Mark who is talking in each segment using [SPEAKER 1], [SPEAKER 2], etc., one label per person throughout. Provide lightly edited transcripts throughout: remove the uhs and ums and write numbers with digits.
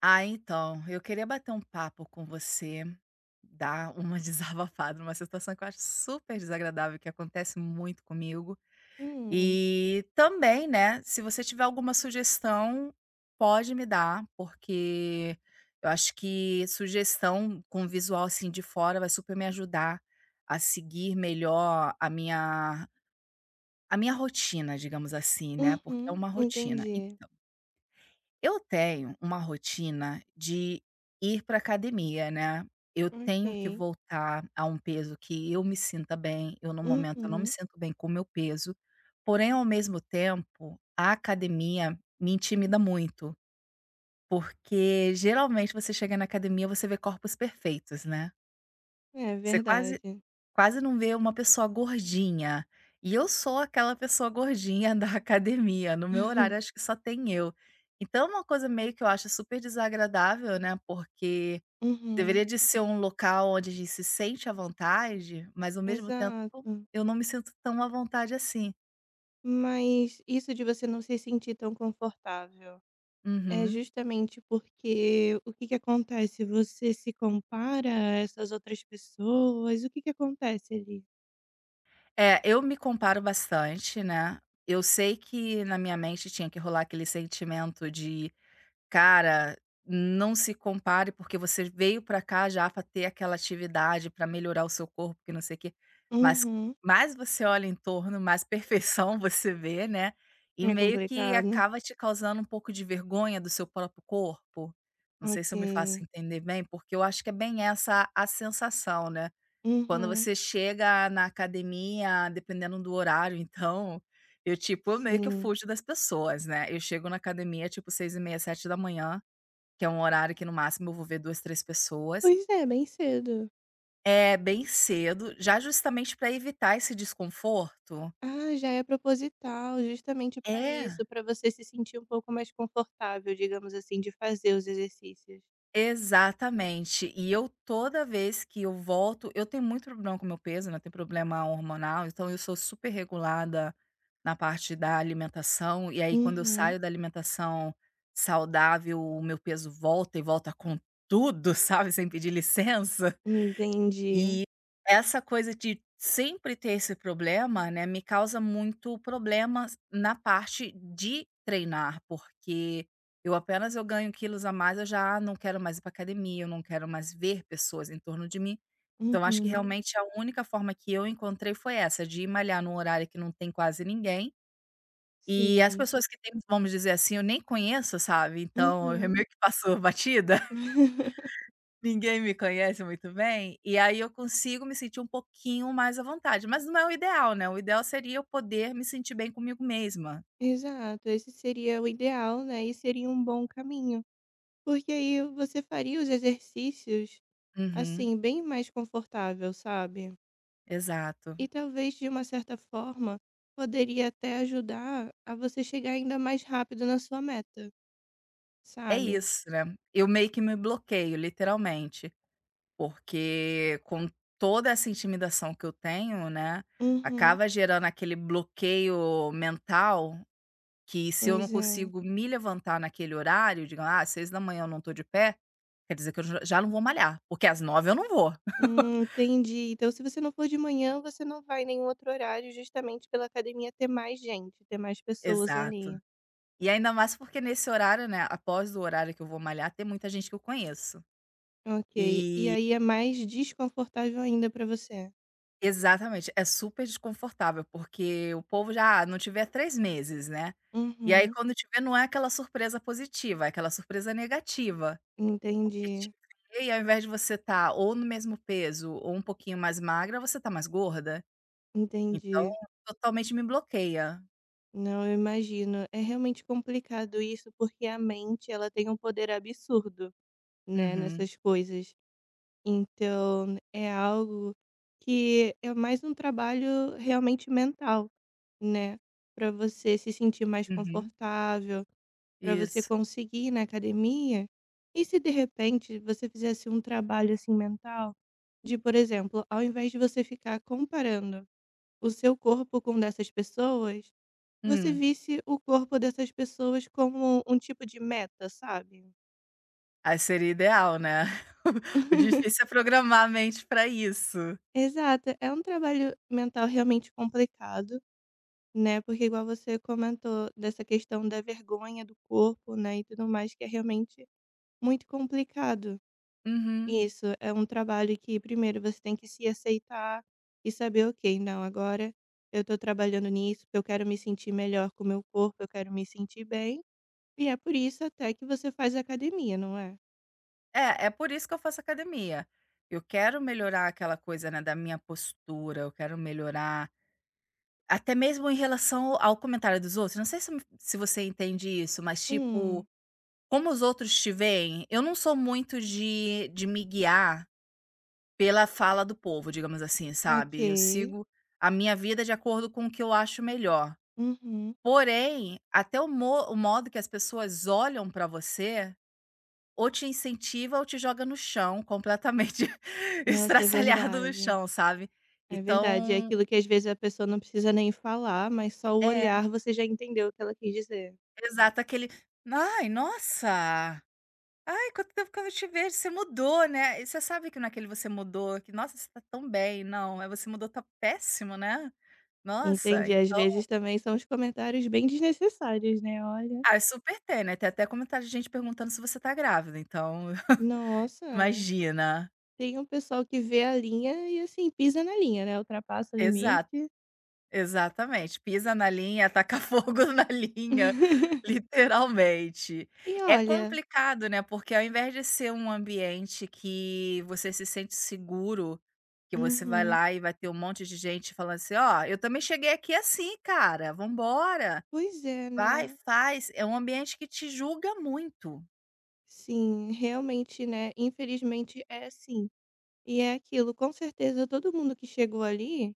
[SPEAKER 1] Ah, então, eu queria bater um papo com você, dar uma desabafada numa situação que eu acho super desagradável, que acontece muito comigo.
[SPEAKER 2] Hum,
[SPEAKER 1] E também, né, se você tiver alguma sugestão, pode me dar, porque eu acho que sugestão com visual assim de fora vai super me ajudar a seguir melhor a minha rotina, digamos assim, né, porque é
[SPEAKER 2] uhum,
[SPEAKER 1] uma rotina.
[SPEAKER 2] entendi.
[SPEAKER 1] Eu tenho uma rotina de ir para academia, né. Eu tenho que
[SPEAKER 2] Ok,
[SPEAKER 1] voltar a um peso que eu me sinta bem, eu no momento eu não me
[SPEAKER 2] uhum,
[SPEAKER 1] sinto bem com o meu peso, porém ao mesmo tempo, a academia me intimida muito, porque geralmente você chega na academia, você vê corpos perfeitos, né.
[SPEAKER 2] é
[SPEAKER 1] Você quase
[SPEAKER 2] verdade.
[SPEAKER 1] Quase não vê uma pessoa gordinha. E eu sou aquela pessoa gordinha da academia, no meu horário acho que só tem eu. Então é uma coisa meio que eu acho super desagradável, né, porque
[SPEAKER 2] Uhum,
[SPEAKER 1] deveria de ser um local onde a gente se sente à vontade, mas ao mesmo tempo
[SPEAKER 2] exato.
[SPEAKER 1] eu não me sinto tão à vontade assim.
[SPEAKER 2] Mas isso de você não se sentir tão confortável é
[SPEAKER 1] Uhum.
[SPEAKER 2] justamente porque o que que acontece? Você se compara a essas outras pessoas? O que que acontece ali?
[SPEAKER 1] É, eu me comparo bastante, né. Eu sei que na minha mente tinha que rolar aquele sentimento de: "Cara, não se compare, porque você veio pra cá já pra ter aquela atividade, pra melhorar o seu corpo, que não sei o quê". Mas
[SPEAKER 2] Uhum,
[SPEAKER 1] mais você olha em torno, mais perfeição você vê, né, e
[SPEAKER 2] é
[SPEAKER 1] meio que
[SPEAKER 2] complicado.
[SPEAKER 1] acaba te causando um pouco de vergonha do seu próprio corpo. Não sei
[SPEAKER 2] Ok,
[SPEAKER 1] se eu me faço entender bem, porque eu acho que é bem essa a sensação, né. Quando
[SPEAKER 2] uhum,
[SPEAKER 1] você chega na academia, dependendo do horário então, eu tipo, meio que eu
[SPEAKER 2] sim.
[SPEAKER 1] fujo das pessoas, né. Eu chego na academia tipo 6:30, 7 da manhã, que é um horário que no máximo eu vou ver 2, 3 pessoas.
[SPEAKER 2] Pois é, bem cedo.
[SPEAKER 1] É bem cedo, já justamente para evitar esse desconforto.
[SPEAKER 2] Ah, já é proposital, justamente para
[SPEAKER 1] É,
[SPEAKER 2] isso, para você se sentir um pouco mais confortável, digamos assim, de fazer os exercícios.
[SPEAKER 1] exatamente. E eu toda vez que eu volto eu tenho muito problema com meu peso, né, eu tenho problema hormonal, então eu sou super regulada na parte da alimentação, e aí quando eu
[SPEAKER 2] Uhum,
[SPEAKER 1] saio da alimentação saudável, o meu peso volta e volta com tudo, sabe, sem pedir licença.
[SPEAKER 2] entendi.
[SPEAKER 1] E essa coisa de sempre ter esse problema, né, me causa muito problema na parte de treinar, porque eu apenas eu ganho quilos a mais, eu já não quero mais ir para academia, eu não quero mais ver pessoas em torno de mim. Então acho que
[SPEAKER 2] Uhum,
[SPEAKER 1] realmente a única forma que eu encontrei foi essa, de ir malhar num horário que não tem quase ninguém, e as
[SPEAKER 2] sim.
[SPEAKER 1] pessoas que têm, vamos dizer assim, eu nem conheço, sabe, então eu
[SPEAKER 2] Uhum.
[SPEAKER 1] meio que passo batida, ninguém me conhece muito bem, e aí eu consigo me sentir um pouquinho mais à vontade, mas não é o ideal, né, o ideal seria eu poder me sentir bem comigo mesma.
[SPEAKER 2] Exato, esse seria o ideal, né, e seria um bom caminho. Porque aí você faria os exercícios,
[SPEAKER 1] Uhum,
[SPEAKER 2] assim, bem mais confortável, sabe.
[SPEAKER 1] exato.
[SPEAKER 2] E talvez, de uma certa forma, poderia até ajudar a você chegar ainda mais rápido na sua meta.
[SPEAKER 1] É
[SPEAKER 2] Sabe?
[SPEAKER 1] isso, né, eu meio que me bloqueio, literalmente, porque com toda essa intimidação que eu tenho, né,
[SPEAKER 2] Uhum.
[SPEAKER 1] acaba gerando aquele bloqueio mental que, se eu não
[SPEAKER 2] Pois é.
[SPEAKER 1] consigo me levantar naquele horário, digo: "Ah, às 6 da manhã eu não estou de pé", quer dizer que eu já não vou malhar, porque às 9 eu não vou.
[SPEAKER 2] Entendi. Então se você não for de manhã, você não vai em nenhum outro horário, justamente pela academia ter mais gente, ter mais pessoas
[SPEAKER 1] Exato.
[SPEAKER 2] ali.
[SPEAKER 1] E ainda mais porque nesse horário, né, após o horário que eu vou malhar, tem muita gente que eu conheço.
[SPEAKER 2] Ok. E
[SPEAKER 1] E
[SPEAKER 2] aí é mais desconfortável ainda pra você.
[SPEAKER 1] exatamente, é super desconfortável, porque o povo já: "Ah, não tiver 3 meses", né. E aí
[SPEAKER 2] Uhum.
[SPEAKER 1] quando tiver, não é aquela surpresa positiva, é aquela surpresa negativa, porque te
[SPEAKER 2] Entendi,
[SPEAKER 1] vê e, ao invés de você estar ou no mesmo peso ou um pouquinho mais magra, você está mais gorda. Então,
[SPEAKER 2] entendi.
[SPEAKER 1] totalmente me bloqueia.
[SPEAKER 2] Não, eu imagino. É realmente complicado isso, porque a mente, ela tem um poder absurdo, né,
[SPEAKER 1] Uhum,
[SPEAKER 2] nessas coisas. Então, é algo que é mais um trabalho realmente mental, né, para você se sentir mais
[SPEAKER 1] uhum.
[SPEAKER 2] confortável, para você
[SPEAKER 1] Isso.
[SPEAKER 2] conseguir ir na academia. E se de repente você fizesse um trabalho, assim, mental, de, por exemplo, ao invés de você ficar comparando o seu corpo com o dessas pessoas, você
[SPEAKER 1] Hum.
[SPEAKER 2] visse o corpo dessas pessoas como um tipo de meta, sabe?
[SPEAKER 1] Aí seria ideal, né. O difícil é programar a mente para isso.
[SPEAKER 2] Exato, é um trabalho mental realmente complicado. Né, porque igual você comentou dessa questão da vergonha do corpo, né, e tudo mais, que é realmente muito complicado.
[SPEAKER 1] Uhum.
[SPEAKER 2] Isso, é um trabalho que primeiro você tem que se aceitar e saber: "Ok, não, agora eu tô trabalhando nisso, porque eu quero me sentir melhor com o meu corpo, eu quero me sentir bem, e é por isso até que você faz academia, não é?".
[SPEAKER 1] É, é por isso que eu faço academia. Eu quero melhorar aquela coisa, né, da minha postura, eu quero melhorar até mesmo em relação ao comentário dos outros, não sei se você entende isso, mas tipo,
[SPEAKER 2] "Hum,
[SPEAKER 1] como os outros te veem, eu não sou muito de me guiar pela fala do povo, digamos assim, sabe. Eu
[SPEAKER 2] ok.
[SPEAKER 1] sigo a minha vida de acordo com o que eu acho melhor.
[SPEAKER 2] Uhum.
[SPEAKER 1] Porém, até o modo que as pessoas olham pra você, ou te incentiva ou te joga no chão, completamente
[SPEAKER 2] Nossa, é
[SPEAKER 1] estraçalhado no
[SPEAKER 2] verdade".
[SPEAKER 1] chão, sabe.
[SPEAKER 2] É verdade, é
[SPEAKER 1] Então
[SPEAKER 2] aquilo que às vezes a pessoa não precisa nem falar, mas só o
[SPEAKER 1] é,
[SPEAKER 2] olhar você já entendeu o que ela quis dizer.
[SPEAKER 1] exato, aquele: "Ai, nossa! Ai, quanto tempo que eu não te vejo, você mudou, né". E você sabe que não é aquele "você mudou" que "Nossa, você tá tão bem". Não, é: "Você mudou, tá péssimo, né". Nossa,
[SPEAKER 2] Entendi, às
[SPEAKER 1] então.
[SPEAKER 2] vezes também são os comentários bem desnecessários, né, olha.
[SPEAKER 1] Ah, super tem, né, tem até comentário de gente perguntando se você tá grávida, então
[SPEAKER 2] Nossa,
[SPEAKER 1] imagina.
[SPEAKER 2] tem um pessoal que vê a linha e assim, pisa na linha, né, ultrapassa o
[SPEAKER 1] Exato,
[SPEAKER 2] limite.
[SPEAKER 1] exatamente, pisa na linha, taca fogo na linha, literalmente.
[SPEAKER 2] E
[SPEAKER 1] É
[SPEAKER 2] olha
[SPEAKER 1] complicado, né, porque, ao invés de ser um ambiente que você se sente seguro, que você vai
[SPEAKER 2] uhum.
[SPEAKER 1] lá e vai ter um monte de gente falando assim: "Ó, eu também cheguei aqui assim, cara, vamos embora,
[SPEAKER 2] Pois é,
[SPEAKER 1] vai,
[SPEAKER 2] né.
[SPEAKER 1] faz", é um ambiente que te julga muito.
[SPEAKER 2] Sim, realmente, né, infelizmente é assim. E é aquilo, com certeza todo mundo que chegou ali,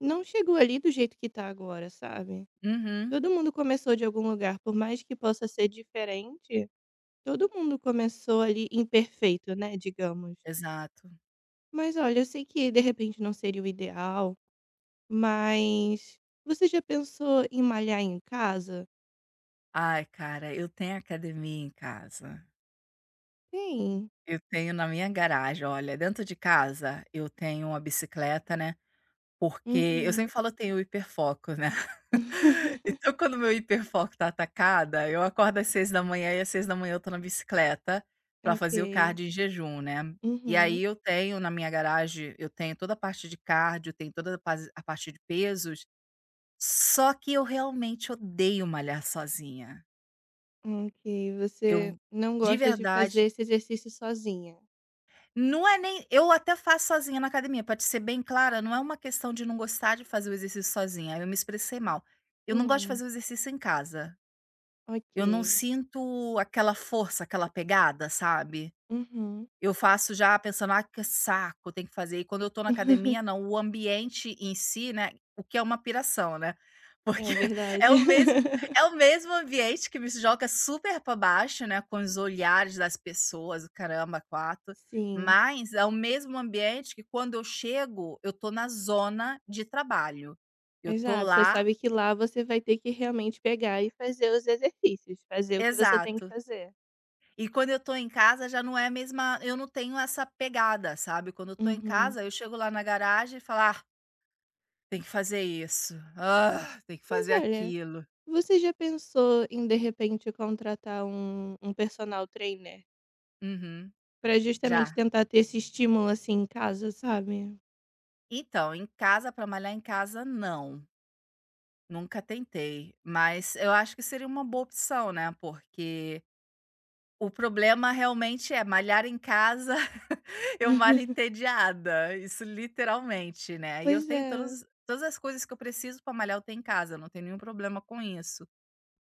[SPEAKER 2] não chegou ali do jeito que tá agora, sabe.
[SPEAKER 1] Uhum,
[SPEAKER 2] Todo mundo começou de algum lugar, por mais que possa ser diferente, todo mundo começou ali imperfeito, né, digamos.
[SPEAKER 1] exato.
[SPEAKER 2] Mas olha, eu sei que de repente não seria o ideal, mas você já pensou em malhar em casa?
[SPEAKER 1] Ai, cara, eu tenho academia em casa.
[SPEAKER 2] Tem.
[SPEAKER 1] Eu tenho na minha garagem. Olha, dentro de casa eu tenho uma bicicleta, né, porque eu
[SPEAKER 2] Uhum.
[SPEAKER 1] sempre falo: "Eu tenho hiperfoco", né. Então, quando meu hiperfoco tá atacada, eu acordo às 6 da manhã, e às 6 da manhã eu tô na bicicleta pra
[SPEAKER 2] Ok.
[SPEAKER 1] fazer o cardio em jejum, né. E aí
[SPEAKER 2] Uhum.
[SPEAKER 1] eu tenho na minha garagem, eu tenho toda a parte de cardio, tenho toda a paz a parte de pesos, só que eu realmente odeio malhar sozinha.
[SPEAKER 2] Ok.
[SPEAKER 1] Eu,
[SPEAKER 2] Você não
[SPEAKER 1] de
[SPEAKER 2] gosta de fazer
[SPEAKER 1] verdade,
[SPEAKER 2] esse exercício sozinha.
[SPEAKER 1] não é nem, eu até faço sozinha na academia, pra te ser bem clara, não é uma questão de não gostar de fazer o exercício sozinha, eu me expressei mal. Eu não gosto de
[SPEAKER 2] Hum,
[SPEAKER 1] fazer o exercício em casa, eu não
[SPEAKER 2] ok.
[SPEAKER 1] sinto aquela força, aquela pegada, sabe?
[SPEAKER 2] Uhum.
[SPEAKER 1] Eu faço já pensando: "Ah, que saco, tem que fazer". E quando eu tô na academia, não, o ambiente em si, né, o que é uma piração, né, porque
[SPEAKER 2] É
[SPEAKER 1] é
[SPEAKER 2] verdade.
[SPEAKER 1] o mesmo é o mesmo ambiente que me joga super para baixo, né, com os olhares das pessoas, o caramba quatro.
[SPEAKER 2] Sim.
[SPEAKER 1] Mas é o mesmo ambiente que, quando eu chego, eu tô na zona de trabalho. Eu tô
[SPEAKER 2] Exato, você
[SPEAKER 1] lá.
[SPEAKER 2] sabe que lá você vai ter que realmente pegar e fazer os exercícios, fazer o que você tem que
[SPEAKER 1] Exato.
[SPEAKER 2] fazer.
[SPEAKER 1] E quando eu tô em casa já não é a mesma, eu não tenho essa pegada, sabe. Quando eu tô em
[SPEAKER 2] Uhum.
[SPEAKER 1] casa, eu chego lá na garagem e falo: "Ah, tem que fazer isso. Ah, tem que
[SPEAKER 2] Mas
[SPEAKER 1] fazer
[SPEAKER 2] olha,
[SPEAKER 1] aquilo".
[SPEAKER 2] você já pensou em de repente contratar um personal trainer,
[SPEAKER 1] Uhum.
[SPEAKER 2] pra justamente
[SPEAKER 1] Já.
[SPEAKER 2] tentar ter esse estímulo, assim, em casa, sabe?
[SPEAKER 1] Então, em casa, para malhar em casa, não. Nunca tentei. Mas eu acho que seria uma boa opção, né? Porque o problema realmente é malhar em casa, eu malho entediada. Isso literalmente, né? E eu
[SPEAKER 2] Pois é,
[SPEAKER 1] tenho todos, todas as coisas que eu preciso para malhar, eu tenho em casa. Eu não tenho nenhum problema com isso.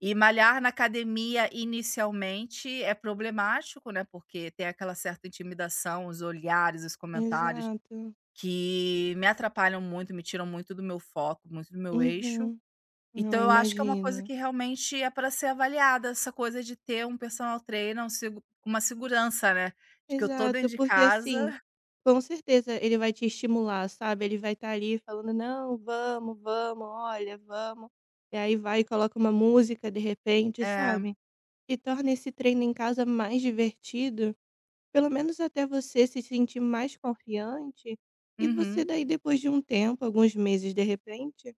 [SPEAKER 1] E malhar na academia inicialmente é problemático, né, porque tem aquela certa intimidação, os olhares, os comentários
[SPEAKER 2] exato.
[SPEAKER 1] que me atrapalham muito, me tiram muito do meu foco, muito do meu eixo.
[SPEAKER 2] Uhum. Não,
[SPEAKER 1] Então
[SPEAKER 2] eu
[SPEAKER 1] eu acho que é uma coisa
[SPEAKER 2] imagino.
[SPEAKER 1] que realmente é para ser avaliada, essa coisa de ter um personal trainer, um segu uma segurança, né, de que eu tô dentro
[SPEAKER 2] Exato,
[SPEAKER 1] de
[SPEAKER 2] porque assim,
[SPEAKER 1] casa.
[SPEAKER 2] com certeza ele vai te estimular, sabe, ele vai estar ali falando: "Não, vamos, vamos, olha, vamos", e aí vai e coloca uma música de repente,
[SPEAKER 1] É.
[SPEAKER 2] sabe, e torna esse treino em casa mais divertido, pelo menos até você se sentir mais confiante, e você
[SPEAKER 1] Uhum.
[SPEAKER 2] daí depois de um tempo, alguns meses de repente,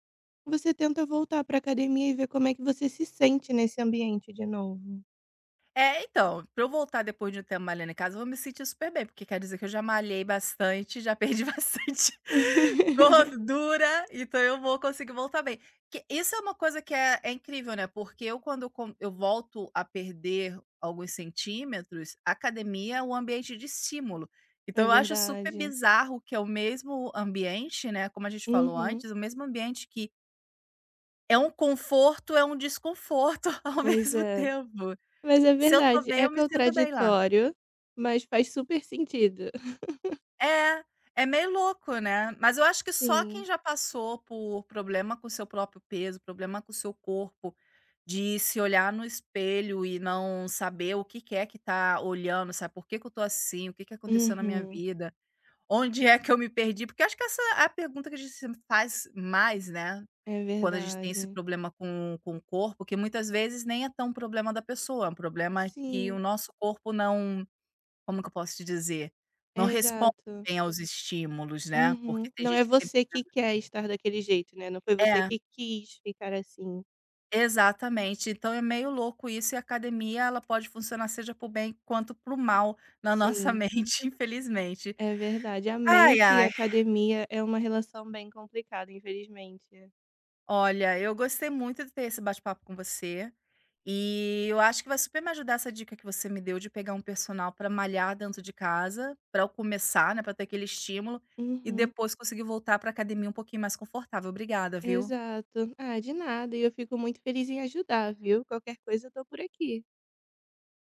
[SPEAKER 2] você tenta voltar para academia e ver como é que você se sente nesse ambiente de novo.
[SPEAKER 1] É, então, pra eu voltar depois de um tempo malhando em casa, eu vou me sentir super bem, porque quer dizer que eu já malhei bastante, já perdi bastante gordura, então eu vou conseguir voltar bem. Que isso é uma coisa que é incrível, né? Porque eu, quando eu volto a perder alguns centímetros, a academia é um ambiente de estímulo. Então
[SPEAKER 2] É
[SPEAKER 1] eu acho super
[SPEAKER 2] verdade.
[SPEAKER 1] bizarro que é o mesmo ambiente, né? Como a gente falou
[SPEAKER 2] Uhum.
[SPEAKER 1] antes, o mesmo ambiente que é um conforto, é um desconforto ao
[SPEAKER 2] Pois
[SPEAKER 1] mesmo
[SPEAKER 2] é.
[SPEAKER 1] tempo.
[SPEAKER 2] Mas é
[SPEAKER 1] Se eu tô
[SPEAKER 2] verdade,
[SPEAKER 1] bem,
[SPEAKER 2] é
[SPEAKER 1] eu me sinto bem lá.
[SPEAKER 2] contraditório, mas faz super sentido.
[SPEAKER 1] É, é meio louco, né. Mas eu acho que só quem
[SPEAKER 2] Sim.
[SPEAKER 1] já passou por problema com o seu próprio peso, problema com o seu corpo, de se olhar no espelho e não saber o que que é que tá olhando, sabe, por que que eu tô assim, o que que aconteceu na minha
[SPEAKER 2] Uhum.
[SPEAKER 1] vida, onde é que eu me perdi, porque acho que essa é a pergunta que a gente sempre faz mais, né,
[SPEAKER 2] É
[SPEAKER 1] quando a gente tem esse
[SPEAKER 2] verdade.
[SPEAKER 1] problema com o corpo, que muitas vezes nem é tão problema da pessoa, é um problema que o
[SPEAKER 2] Sim,
[SPEAKER 1] nosso corpo não. Como que eu posso te dizer? Não responde
[SPEAKER 2] exato.
[SPEAKER 1] bem aos estímulos, né, porque
[SPEAKER 2] Uhum.
[SPEAKER 1] tem
[SPEAKER 2] Não é
[SPEAKER 1] gente que tem.
[SPEAKER 2] você que quer estar daquele jeito, né, não foi você
[SPEAKER 1] É,
[SPEAKER 2] que quis ficar assim.
[SPEAKER 1] exatamente. Então é meio louco isso, e a academia ela pode funcionar seja para o bem quanto para o mal na nossa
[SPEAKER 2] Sim,
[SPEAKER 1] mente, infelizmente.
[SPEAKER 2] é verdade. A
[SPEAKER 1] Ai,
[SPEAKER 2] mente e a
[SPEAKER 1] ai.
[SPEAKER 2] academia é uma relação bem complicada, infelizmente.
[SPEAKER 1] Olha, eu gostei muito de ter esse bate-papo com você, e eu acho que vai super me ajudar essa dica que você me deu de pegar um personal para malhar dentro de casa, para eu começar, né, para ter aquele estímulo, e
[SPEAKER 2] Uhum.
[SPEAKER 1] depois conseguir voltar para academia um pouquinho mais confortável. Obrigada, viu?
[SPEAKER 2] Exato. Ah, de nada, e eu fico muito feliz em ajudar, viu. Qualquer coisa eu tô por aqui.